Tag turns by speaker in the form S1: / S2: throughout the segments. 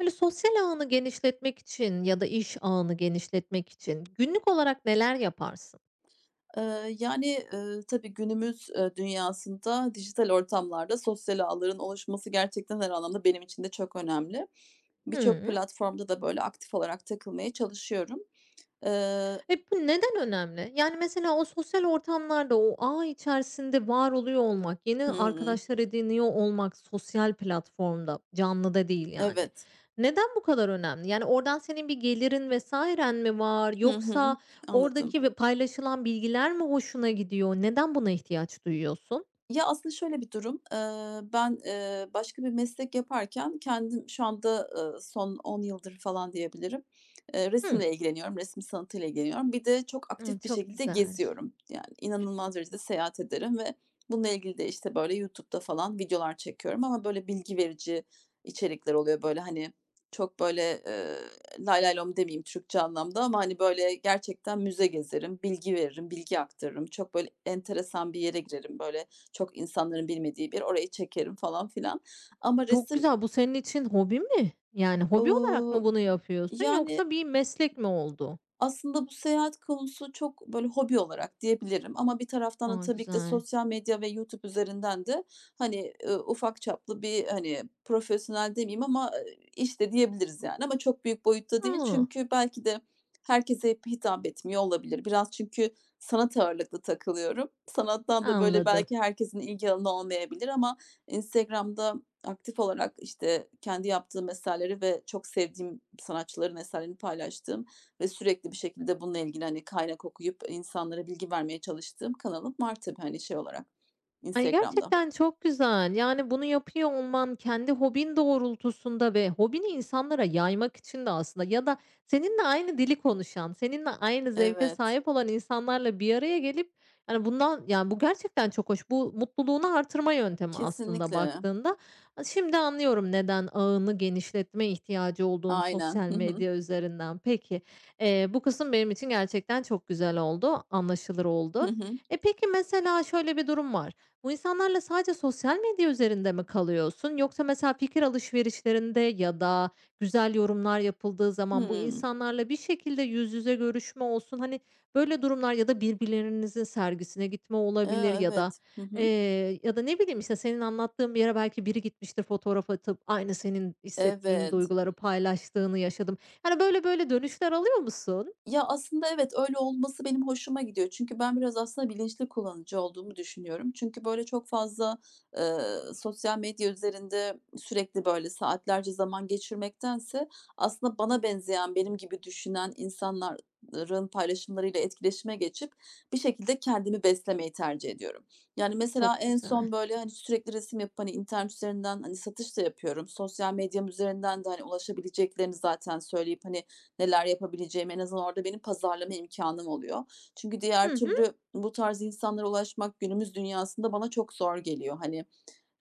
S1: Böyle, sosyal ağını genişletmek için ya da iş ağını genişletmek için günlük olarak neler yaparsın?
S2: Yani, tabii günümüz, dünyasında dijital ortamlarda sosyal ağların oluşması gerçekten her anlamda benim için de çok önemli. Birçok
S1: Hımm.
S2: platformda da böyle aktif olarak takılmaya çalışıyorum. Eee
S1: E, bu neden önemli? Yani, mesela o sosyal ortamlarda, o ağ içerisinde var oluyor olmak, yeni
S2: Hımm.
S1: arkadaşlar ediniyor olmak sosyal platformda, canlıda değil, yani.
S2: Evet.
S1: Neden bu kadar önemli? Yani, oradan senin bir gelirin vs.n mi var
S2: Hı hı.
S1: yoksa
S2: Anladım.
S1: oradaki ve paylaşılan bilgiler mi hoşuna gidiyor? Neden buna ihtiyaç duyuyorsun?
S2: Ya, aslında şöyle bir durum, ben, başka bir meslek yaparken kendim şu anda, son 10 yıldır falan diyebilirim,
S1: Hımm.
S2: resimle ilgileniyorum, resim sanatıyla ilgileniyorum. Bir de çok aktif bir
S1: Çok
S2: şekilde
S1: güzel.
S2: geziyorum. Yani inanılmaz derecede seyahat ederim ve bununla ilgili de, işte, böyle, YouTube'da falan videolar çekiyorum ama, böyle, bilgi verici içerikler oluyor. Böyle, hani, çok, böyle, lay lay lom demeyeyim Türkçe anlamda ama, hani, böyle, gerçekten müze gezerim, bilgi veririm, bilgi aktarırım. Çok, böyle, enteresan bir yere girerim. Böyle, çok insanların bilmediği bir, orayı çekerim falan filan ama
S1: Çok
S2: resim,
S1: güzel. Bu senin için hobi mi? Yani hobi olarak
S2: ooo,
S1: mı bunu yapıyorsun
S2: yani,
S1: yoksa bir meslek mi oldu?
S2: aslında bu seyahat konusu çok böyle hobi olarak diyebilirim ama bir taraftan da
S1: A,
S2: tabii ki de
S1: güzel.
S2: sosyal medya ve YouTube üzerinden de, hani, ufak çaplı bir, hani, profesyonel demeyeyim ama, iş de diyebiliriz yani ama çok büyük boyutta değil.
S1: A,
S2: Çünkü belki de herkese hitap etmiyor olabilir. Biraz çünkü sanat ağırlıklı takılıyorum. Sanattan da böyle
S1: anladım.
S2: belki herkesin ilgi alanı olmayabilir ama Instagram'da aktif olarak, işte, kendi yaptığım eserleri ve çok sevdiğim sanatçıların eserlerini paylaştığım ve sürekli bir şekilde bununla ilgili, hani, kaynak okuyup insanlara bilgi vermeye çalıştığım kanalım var tabii, hani, şey olarak
S1: Ay,
S2: Instagram'da.
S1: gerçekten çok güzel. Yani, bunu yapıyor olman kendi hobin doğrultusunda ve hobini insanlara yaymak için de aslında ya da seninle aynı dili konuşan, seninle aynı zevke
S2: Evet,
S1: sahip olan insanlarla bir araya gelip, yani bundan Yani, bu gerçekten çok hoş. Bu mutluluğunu artırma yöntemi aslında
S2: kesinlikle.
S1: baktığında. Şimdi anlıyorum neden ağını genişletme ihtiyacı olduğunu
S2: Aynen.
S1: sosyal
S2: Hı hı.
S1: medya üzerinden. Peki, bu kısım benim için gerçekten çok güzel oldu, anlaşılır
S2: Hı
S1: oldu.
S2: hı.
S1: E, peki, mesela şöyle bir durum var. Bu insanlarla sadece sosyal medya üzerinde mi kalıyorsun? Yoksa mesela fikir alışverişlerinde ya da güzel yorumlar yapıldığı zaman bu
S2: Hımm.
S1: insanlarla bir şekilde yüz yüze görüşme olsun, hani, böyle durumlar ya da birbirlerinizin sergisine gitme
S2: Eee,
S1: olabilir ya da,
S2: evet. Hı hı.
S1: ya da ne bileyim, işte, senin anlattığın bir yere belki biri gitmiştir fotoğraf atıp aynı senin hissettiğin
S2: Evet.
S1: duyguları paylaştığını yaşadım. Yani, böyle dönüşler alıyor musun?
S2: Ya, aslında evet, öyle olması benim hoşuma gidiyor. Çünkü ben biraz aslında bilinçli kullanıcı olduğumu düşünüyorum. Çünkü böyle çok fazla, sosyal medya üzerinde sürekli böyle saatlerce zaman geçirmektense aslında bana benzeyen, benim gibi düşünen insanların paylaşımlarıyla etkileşime geçip bir şekilde kendimi beslemeyi tercih ediyorum. Yani, mesela
S1: Çok
S2: en
S1: güzel.
S2: son böyle, hani, sürekli resim yapıp, hani, internet üzerinden, hani, satış da yapıyorum. Sosyal medyam üzerinden de, hani, ulaşabileceklerini zaten söyleyip, hani, neler yapabileceğim en azından orada benim pazarlama imkânım oluyor. Çünkü
S1: Hı
S2: diğer
S1: hı.
S2: türlü bu tarz insanlara ulaşmak günümüz dünyasında bana çok zor geliyor. Hani,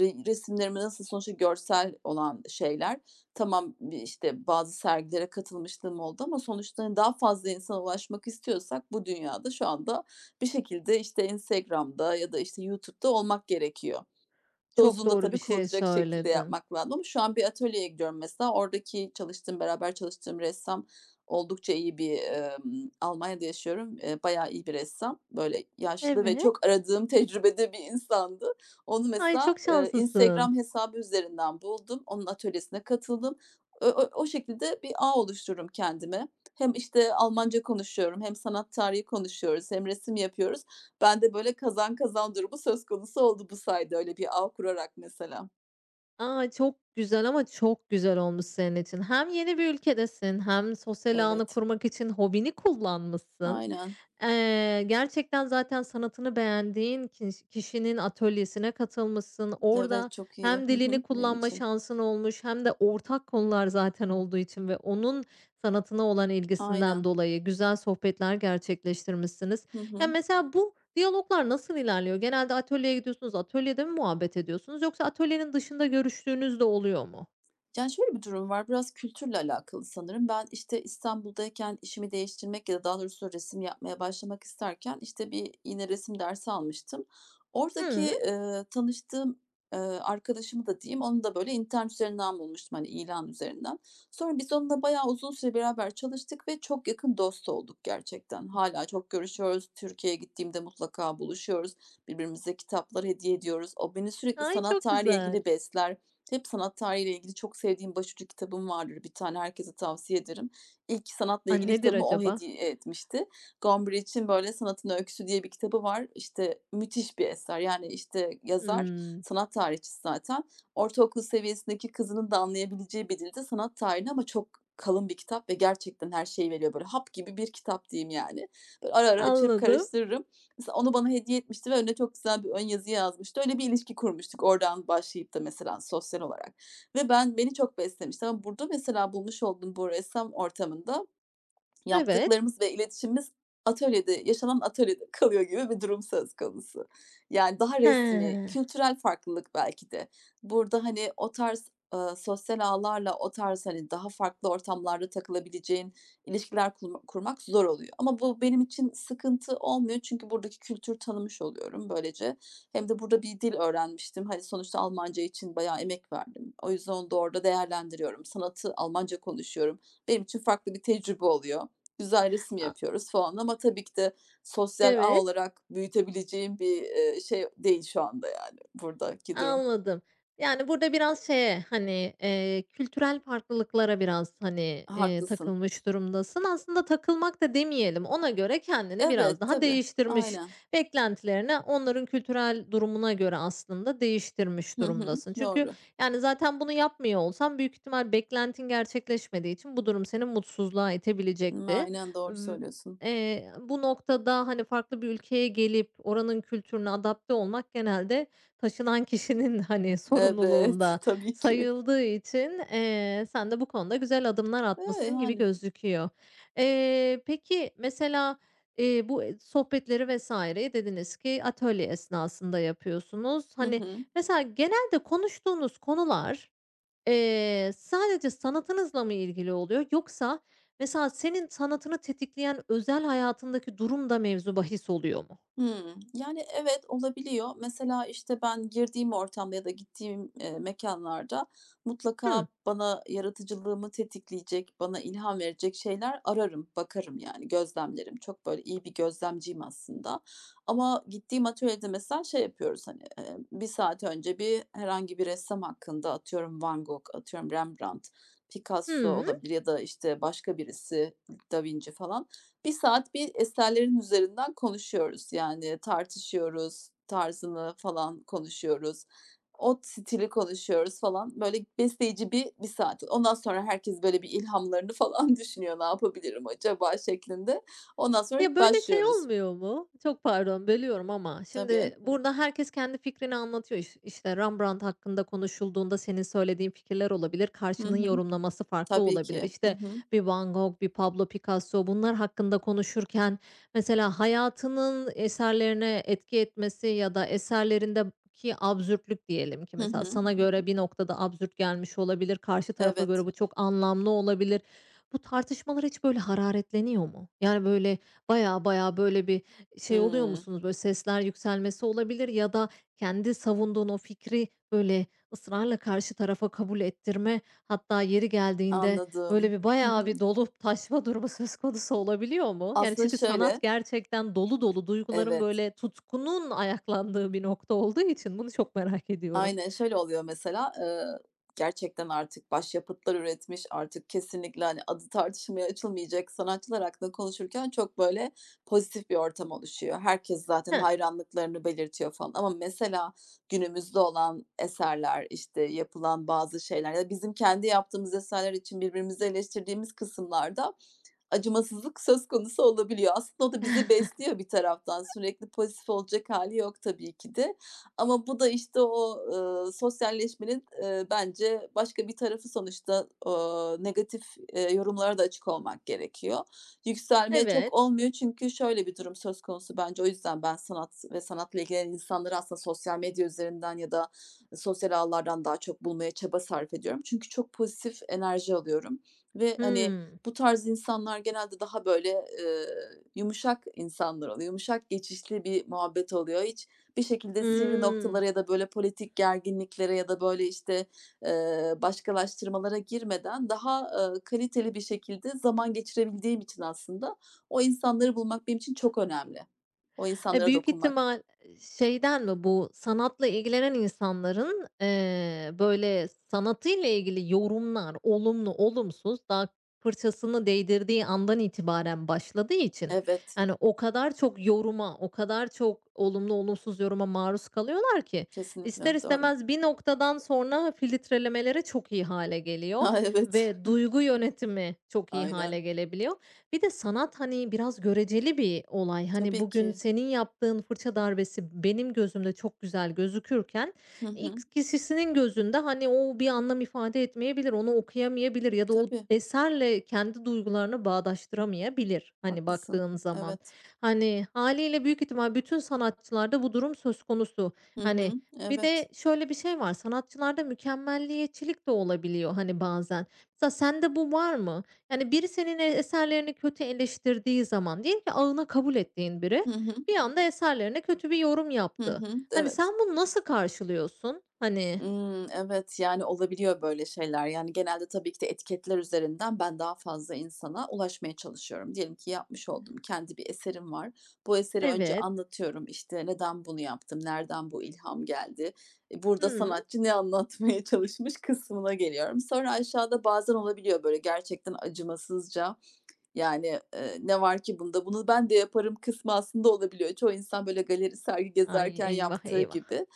S2: resimlerimi nasıl sonuçta görsel olan şeyler tamam, işte, bazı sergilere katılmışlığım oldu ama sonuçta, hani, daha fazla insana ulaşmak istiyorsak bu dünyada şu anda bir şekilde, işte, Instagram'da ya da, işte, YouTube'da olmak gerekiyor.
S1: Çok
S2: Dozunda
S1: doğru bir
S2: tabii
S1: şey
S2: kullanacak şekilde
S1: söyledin.
S2: yapmak lazım ama şu an bir atölyeye gidiyorum mesela. Oradaki çalıştığım, beraber çalıştığım ressam oldukça iyi bir, Almanya'da yaşıyorum, bayağı iyi bir ressam. Böyle yaşlı ve
S1: Evet.
S2: çok aradığım tecrübede bir insandı. Onu
S1: Ay, çok
S2: mesela,
S1: şanslısın.
S2: Instagram hesabı üzerinden buldum. Onun atölyesine katıldım. Ö ö o şekilde bir ağ oluştururum kendime. Hem, işte, Almanca konuşuyorum hem sanat tarihi konuşuyoruz hem resim yapıyoruz. Ben de böyle kazan kazan durumu söz konusu oldu bu sayede öyle bir ağ kurarak mesela.
S1: A, çok güzel ama çok güzel olmuş senin için. Hem yeni bir ülkedesin hem sosyal ağını
S2: Evet,
S1: kurmak için hobini kullanmışsın.
S2: aynen.
S1: Gerçekten zaten sanatını beğendiğin kişinin atölyesine katılmışsın.
S2: Evet,
S1: Orada
S2: çok iyi.
S1: hem
S2: Hı
S1: dilini
S2: hı, benim
S1: kullanma
S2: için.
S1: şansın olmuş hem de ortak konular zaten olduğu için ve onun sanatına olan ilgisinden
S2: Aynen.
S1: dolayı güzel sohbetler gerçekleştirmişsiniz.
S2: Hı
S1: Yani
S2: hı.
S1: mesela bu diyaloglar nasıl ilerliyor? Genelde atölyeye gidiyorsunuz, atölyede mi muhabbet ediyorsunuz yoksa atölyenin dışında görüştüğünüz de oluyor mu?
S2: Yani, şöyle bir durum var, biraz kültürle alakalı sanırım. Ben, işte, İstanbul'dayken işimi değiştirmek ya da daha doğrusu resim yapmaya başlamak isterken, işte, bir yine resim dersi almıştım. Oradaki,
S1: Hıı.
S2: tanıştığım, arkadaşımı da diyeyim, onu da, böyle, internet üzerinden bulmuştum, hani, ilan üzerinden. Sonra biz onunla bayağı uzun süre beraber çalıştık ve çok yakın dost olduk gerçekten. Hala çok görüşüyoruz. Türkiye'ye gittiğimde mutlaka buluşuyoruz. Birbirimize kitaplar hediye ediyoruz. O beni sürekli
S1: Ay,
S2: sanat
S1: çok
S2: tarihiyle
S1: güzel.
S2: ilgili besler. Hep sanat tarihiyle ilgili çok sevdiğim başucu kitabım vardır. Bir tane herkese tavsiye ederim. İlk sanatla
S1: A,
S2: ilgili
S1: nedir
S2: kitabımı o
S1: acaba?
S2: hediye etmişti. Gombrich'in böyle Sanatın Öyküsü diye bir kitabı var. İşte müthiş bir eser. Yani, işte, yazar
S1: Hımm.
S2: sanat tarihçisi zaten. Ortaokul seviyesindeki kızının da anlayabileceği bir dilde sanat tarihini ama çok kalın bir kitap ve gerçekten her şeyi veriyor. Böyle hap gibi bir kitap diyeyim yani. Böyle ara ara açıp
S1: Anladım.
S2: karıştırırım. Mesela onu bana hediye etmişti ve önüne çok güzel bir ön yazı yazmıştı. Öyle bir ilişki kurmuştuk oradan başlayıp da mesela sosyal olarak ve ben beni çok beslemişti ama burada mesela bulmuş olduğum bu ressam ortamında
S1: Evet.
S2: yaptıklarımız ve iletişimimiz atölyede, yaşanan atölyede kalıyor gibi bir durum söz konusu. Yani daha resmi,
S1: He.
S2: kültürel farklılık belki de. Burada, hani, o tarz, sosyal ağlarla o tarz, hani, daha farklı ortamlarda takılabileceğin ilişkiler kurmak zor oluyor. Ama bu benim için sıkıntı olmuyor çünkü buradaki kültür tanımış oluyorum böylece. Hem de burada bir dil öğrenmiştim. Hani, sonuçta Almanca için bayağı emek verdim. O yüzden onu da orada değerlendiriyorum. Sanatı Almanca konuşuyorum. Benim için farklı bir tecrübe oluyor güzel resim
S1: A
S2: yapıyoruz falan ama tabii ki de sosyal ağ
S1: evet.
S2: olarak büyütebileceğim bir, şey değil şu anda yani buradaki durum.
S1: Anladım. Yani, burada biraz şeye, hani, kültürel farklılıklara biraz, hani,
S2: Haklısın.
S1: takılmış durumdasın. Aslında takılmak da demeyelim, ona göre kendini biraz
S2: Evet,
S1: daha
S2: tabii.
S1: değiştirmiş,
S2: Aynen.
S1: beklentilerini onların kültürel durumuna göre aslında değiştirmiş
S2: Hı hı.
S1: durumdasın. Çünkü,
S2: Doğru.
S1: yani, zaten bunu yapmıyor olsan büyük ihtimal beklentin gerçekleşmediği için bu durum seni mutsuzluğa itebilecekti.
S2: Aynen doğru
S1: V
S2: söylüyorsun.
S1: bu noktada, hani, farklı bir ülkeye gelip oranın kültürüne adapte olmak genelde taşınan kişinin, hani,
S2: Evet,
S1: sorumluluğunda
S2: tabii ki.
S1: sayıldığı için, sen de bu konuda güzel adımlar
S2: Eee,
S1: atmışsın gibi
S2: yani.
S1: gözüküyor. Peki, mesela, bu, sohbetleri vesaireyi dediniz ki atölye esnasında yapıyorsunuz.
S2: Hı
S1: Hani,
S2: hı.
S1: mesela genelde konuştuğunuz konular, sadece sanatınızla mı ilgili oluyor yoksa mesela senin sanatını tetikleyen özel hayatındaki durum da mevzu bahis oluyor mu?
S2: Hımm. Yani, evet, olabiliyor. Mesela, işte, ben girdiğim ortamda ya da gittiğim, mekânlarda
S1: Hımm.
S2: mutlaka bana yaratıcılığımı tetikleyecek, bana ilham verecek şeyler ararım, bakarım, yani, gözlemlerim. Çok, böyle, iyi bir gözlemciyim aslında ama gittiğim atölyede mesela şey yapıyoruz, hani, 1 saat önce bir herhangi bir ressam hakkında, atıyorum Van Gogh, atıyorum Rembrandt, Picasso
S1: Hımm.
S2: olabilir ya da, işte, başka birisi, Da Vinci falan. 1 saat bir eserlerin üzerinden konuşuyoruz, yani tartışıyoruz, tarzını falan konuşuyoruz, o stili konuşuyoruz falan. Böyle besleyici bir 1 saat. Ondan sonra herkes böyle bir ilhamlarını falan düşünüyor, "Ne yapabilirim acaba?" şeklinde. Ondan sonra
S1: Ya, böyle şey
S2: başlıyoruz.
S1: olmuyor mu? Çok pardon, bölüyorum ama
S2: Tabii.
S1: şimdi burada herkes kendi fikrini anlatıyor. İşte Rembrandt hakkında konuşulduğunda senin söylediğin fikirler olabilir,
S2: Hı
S1: karşının
S2: hı.
S1: yorumlaması farklı
S2: Tabii
S1: olabilir.
S2: ki. Hı
S1: İşte
S2: hı.
S1: bir Van Gogh, bir Pablo Picasso bunlar hakkında konuşurken mesela hayatının eserlerine etki etmesi ya da eserlerindeki absürtlük diyelim ki
S2: Hı
S1: mesela
S2: hı.
S1: sana göre bir noktada absürt gelmiş olabilir, karşı tarafa göre
S2: Evet.
S1: bu çok anlamlı olabilir. Bu tartışmalar hiç böyle hararetleniyor mu? Yani böyle baya böyle bir şey oluyor
S2: Hımm.
S1: musunuz? Böyle sesler yükselmesi olabilir ya da kendi savunduğun o fikri böyle ısrarla karşı tarafa kabul ettirme, hatta yeri geldiğinde böyle
S2: Anladım.
S1: bir
S2: Hı
S1: bayağı
S2: hı.
S1: bir dolup taşma durumu söz konusu olabiliyor mu? Yani
S2: Aslında
S1: çünkü sanat
S2: şöyle
S1: gerçekten dolu dolu duyguların
S2: evet.
S1: böyle tutkunun ayaklandığı bir nokta olduğu için bunu çok merak ediyorum.
S2: Aynen, şöyle oluyor mesela, gerçekten artık başyapıtlar üretmiş, artık kesinlikle, hani, adı tartışmaya açılmayacak sanatçılar hakkında konuşurken çok, böyle, pozitif bir ortam oluşuyor. Herkes zaten
S1: Heh,
S2: hayranlıklarını belirtiyor falan ama mesela günümüzde olan eserler, işte, yapılan bazı şeyler ya da bizim kendi yaptığımız eserler için birbirimizi eleştirdiğimiz kısımlarda acımasızlık söz konusu olabiliyor. Aslında o da bizi besliyor bir taraftan. Sürekli pozitif olacak hali yok tabii ki de. Ama bu da, işte, o, sosyalleşmenin, bence başka bir tarafı sonuçta, negatif, yorumlara da açık olmak gerekiyor. Yükselmeye çok
S1: evet.
S2: olmuyor çünkü şöyle bir durum söz konusu bence o yüzden ben sanat ve sanatla ilgilenen insanları aslında sosyal medya üzerinden ya da sosyal ağlardan daha çok bulmaya çaba sarf ediyorum. Çünkü çok pozitif enerji alıyorum ve, hani,
S1: Hımm.
S2: bu tarz insanlar genelde daha böyle, eee, yumuşak insanlar oluyor. Yumuşak geçişli bir muhabbet oluyor. Hiç bir şekilde sivri
S1: Hımm.
S2: noktalara ya da böyle politik gerginliklere ya da böyle, işte, başkalaştırmalara girmeden daha, kaliteli bir şekilde zaman geçirebildiğim için aslında o insanları bulmak benim için çok önemli. O
S1: E,
S2: insanlara
S1: büyük
S2: dokunmak.
S1: ihtimal şeyden mi bu sanatla ilgilenen insanların, böyle, sanatıyla ilgili yorumlar olumlu, olumsuz daha fırçasını değdirdiği andan itibaren başladığı için,
S2: Evet.
S1: yani o kadar çok yoruma, o kadar çok olumlu, olumsuz yoruma maruz kalıyorlar ki ister
S2: Kesinlikle, doğru.
S1: istemez bir noktadan sonra filtrelemeleri çok iyi hale geliyor
S2: A, evet.
S1: ve duygu yönetimi çok iyi
S2: Aynen.
S1: hale gelebiliyor. Bir de sanat, hani, biraz göreceli bir olay. Hani,
S2: Tabii
S1: bugün
S2: ki.
S1: senin yaptığın fırça darbesi benim gözümde çok güzel gözükürken
S2: Hı hı.
S1: X kişisinin gözünde, hani, o bir anlam ifade etmeyebilir, onu okuyamayabilir ya da o
S2: Tabii,
S1: eserle kendi duygularını bağdaştıramayabilir, hani,
S2: haklısın.
S1: baktığın zaman.
S2: Evet.
S1: Hani, haliyle büyük ihtimal bütün sanatçılarda bu durum söz konusu.
S2: Hı
S1: Hani,
S2: hı.
S1: bir
S2: Evet.
S1: de şöyle bir şey var, sanatçılarda mükemmelliyetçilik de olabiliyor, hani, bazen. Mesela sende bu var mı? Yani, biri senin eserlerini kötü eleştirdiği zaman, diyelim ki ağına kabul ettiğin biri
S2: Hı hı.
S1: bir anda eserlerine kötü bir yorum
S2: Hı
S1: yaptı.
S2: hı.
S1: Hani, sen
S2: Evet.
S1: bunu nasıl karşılıyorsun? Hani,
S2: Evet, yani, olabiliyor böyle şeyler. Yani, genelde tabii ki de etiketler üzerinden ben daha fazla insana ulaşmaya çalışıyorum. Diyelim ki yapmış olduğum kendi bir eserim var. Bu eseri önce
S1: evet,
S2: anlatıyorum, işte, neden bunu yaptım, nereden bu ilham geldi, burada
S1: hımm,
S2: sanatçı ne anlatmaya çalışmış kısmına geliyorum. Sonra aşağıda bazen olabiliyor böyle gerçekten acımasızca, yani, "Ne var ki bunda, bunu ben de yaparım." kısmı aslında olabiliyor. Çoğu insan böyle galeri, sergi
S1: ay,
S2: gezerken
S1: eyvah,
S2: yaptığı
S1: eyvah.
S2: gibi.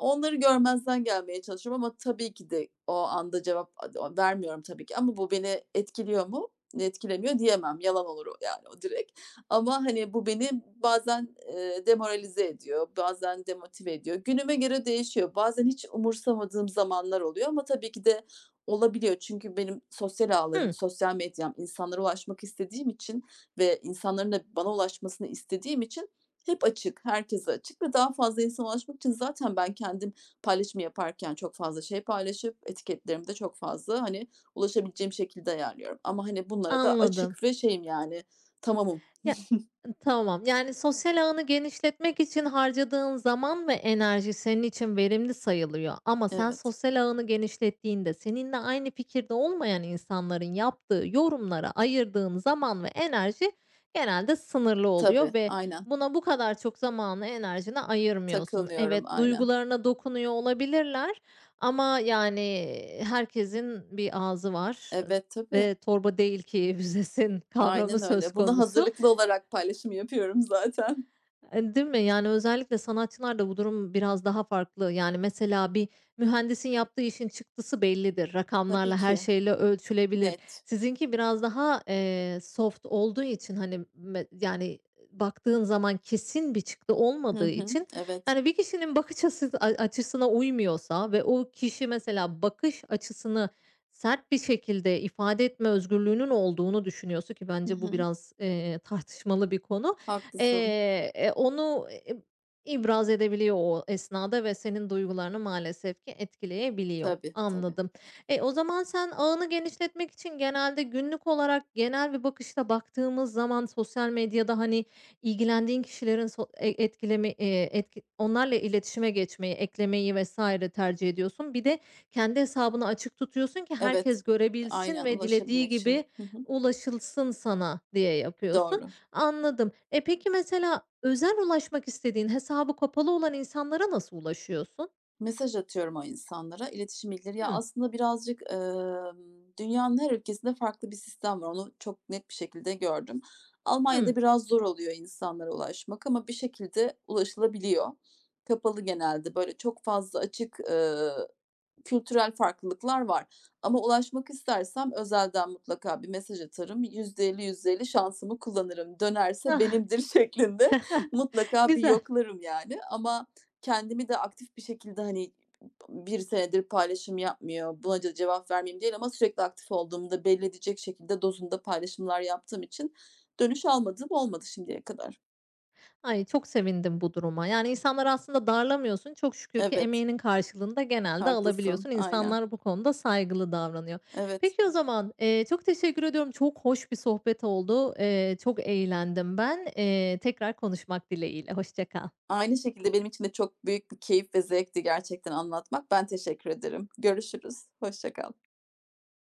S2: Onları görmezden gelmeye çalışıyorum ama tabii ki de o anda cevap vermiyorum tabii ki ama bu beni etkiliyor mu? Etkilemiyor diyemem. Yalan olur o yani o direkt. Ama, hani, bu beni bazen, demoralize ediyor, bazen demotive ediyor. Günüme göre değişiyor. Bazen hiç umursamadığım zamanlar oluyor ama tabii ki de olabiliyor. Çünkü benim sosyal ağlarım,
S1: Hımm,
S2: sosyal medyam, insanlara ulaşmak istediğim için ve insanların da bana ulaşmasını istediğim için hep açık, herkese açık ve daha fazla insana ulaşmak için zaten ben kendim paylaşımı yaparken çok fazla şey paylaşıp etiketlerimi de çok fazla, hani, ulaşabileceğim şekilde ayarlıyorum ama, hani, bunlara da
S1: anladım.
S2: açık ve şeyim, yani, tamamım.
S1: Ya, tamam. Yani, sosyal ağını genişletmek için harcadığın zaman ve enerji senin için verimli sayılıyor ama sen
S2: Evet.
S1: sosyal ağını genişlettiğinde seninle aynı fikirde olmayan insanların yaptığı yorumlara ayırdığın zaman ve enerji genelde sınırlı oluyor
S2: Tabii,
S1: ve
S2: aynen.
S1: buna bu kadar çok zamanını, enerjini ayırmıyorsun.
S2: Takılmıyorum,
S1: Evet,
S2: aynen.
S1: duygularına dokunuyor olabilirler ama, yani, herkesin bir ağzı var
S2: Evet,
S1: ve
S2: tabii.
S1: torba değil ki büzesin kavramı
S2: Aynen
S1: söz
S2: öyle. Buna
S1: konusu.
S2: hazırlıklı olarak paylaşım yapıyorum zaten.
S1: E, değil mi? Yani, özellikle sanatçılarda bu durum biraz daha farklı. Yani, mesela bir mühendisin yaptığı işin çıktısı bellidir.
S2: Tabii
S1: Rakamlarla, her
S2: ki.
S1: şeyle ölçülebilir.
S2: Net.
S1: Sizinki biraz daha, soft olduğu için, hani, yani, baktığın zaman kesin bir çıktı
S2: Hı
S1: olmadığı
S2: hı.
S1: için,
S2: Evet.
S1: yani, bir kişinin bakış açısı açısına uymuyorsa ve o kişi mesela bakış açısını sert bir şekilde ifade etme özgürlüğünün olduğunu düşünüyorsa ki
S2: Hı
S1: bence bu
S2: hı.
S1: biraz, tartışmalı bir konu,
S2: Haklısın.
S1: Onu, ibraz edebiliyor o esnada ve senin duygularını maalesef ki etkileyebiliyor.
S2: Tabii, tabii.
S1: Anladım. E, o zaman sen ağını genişletmek için genelde günlük olarak genel bir bakışla baktığımız zaman sosyal medyada, hani, ilgilendiğin kişilerin so e etkileme etki onlarla iletişime geçmeyi, eklemeyi vs. tercih ediyorsun. Bir de kendi hesabını açık tutuyorsun ki
S2: Evet.
S1: herkes görebilsin
S2: Aynen,
S1: ve dilediği
S2: ulaşabilmek
S1: gibi
S2: için. Hı hı.
S1: ulaşılsın sana diye yapıyorsun.
S2: Doğru.
S1: Anladım. E, peki mesela özel ulaşmak istediğin, hesabı kapalı olan insanlara nasıl ulaşıyorsun?
S2: Mesaj atıyorum o insanlara, iletişim bilgileri. Ya,
S1: Hıı,
S2: aslında birazcık, dünyanın her ülkesinde farklı bir sistem var. Onu çok net bir şekilde gördüm.
S1: hıı.
S2: Almanya'da biraz zor oluyor insanlara ulaşmak ama bir şekilde ulaşılabiliyor. Kapalı genelde, böyle, çok fazla açık, kültürel farklılıklar var ama ulaşmak istersem özelden mutlaka bir mesaj atarım. %50 %50 şansımı kullanırım, dönerse benimdir şeklinde mutlaka bir
S1: Güzel.
S2: yoklarım yani ama kendimi de aktif bir şekilde, hani, bir senedir paylaşım yapmıyor, buna da cevap vermeyeyim değil ama sürekli aktif olduğumda da belli edecek şekilde dozunda paylaşımlar yaptığım için dönüş almadım olmadı şimdiye kadar.
S1: Ay, çok sevindim bu duruma. Yani, insanları aslında darlamıyorsun. Çok şükür ki
S2: Evet,
S1: emeğinin karşılığını da genelde
S2: haklısın,
S1: alabiliyorsun.
S2: aynen.
S1: İnsanlar bu konuda saygılı davranıyor.
S2: Evet.
S1: Peki o zaman, çok teşekkür ediyorum. Çok hoş bir sohbet oldu. Çok eğlendim ben. Tekrar konuşmak dileğiyle. Hoşça kal.
S2: Aynı şekilde benim için de çok büyük bir keyif ve zevkti gerçekten anlatmak. Ben teşekkür ederim. Görüşürüz, hoşça kal.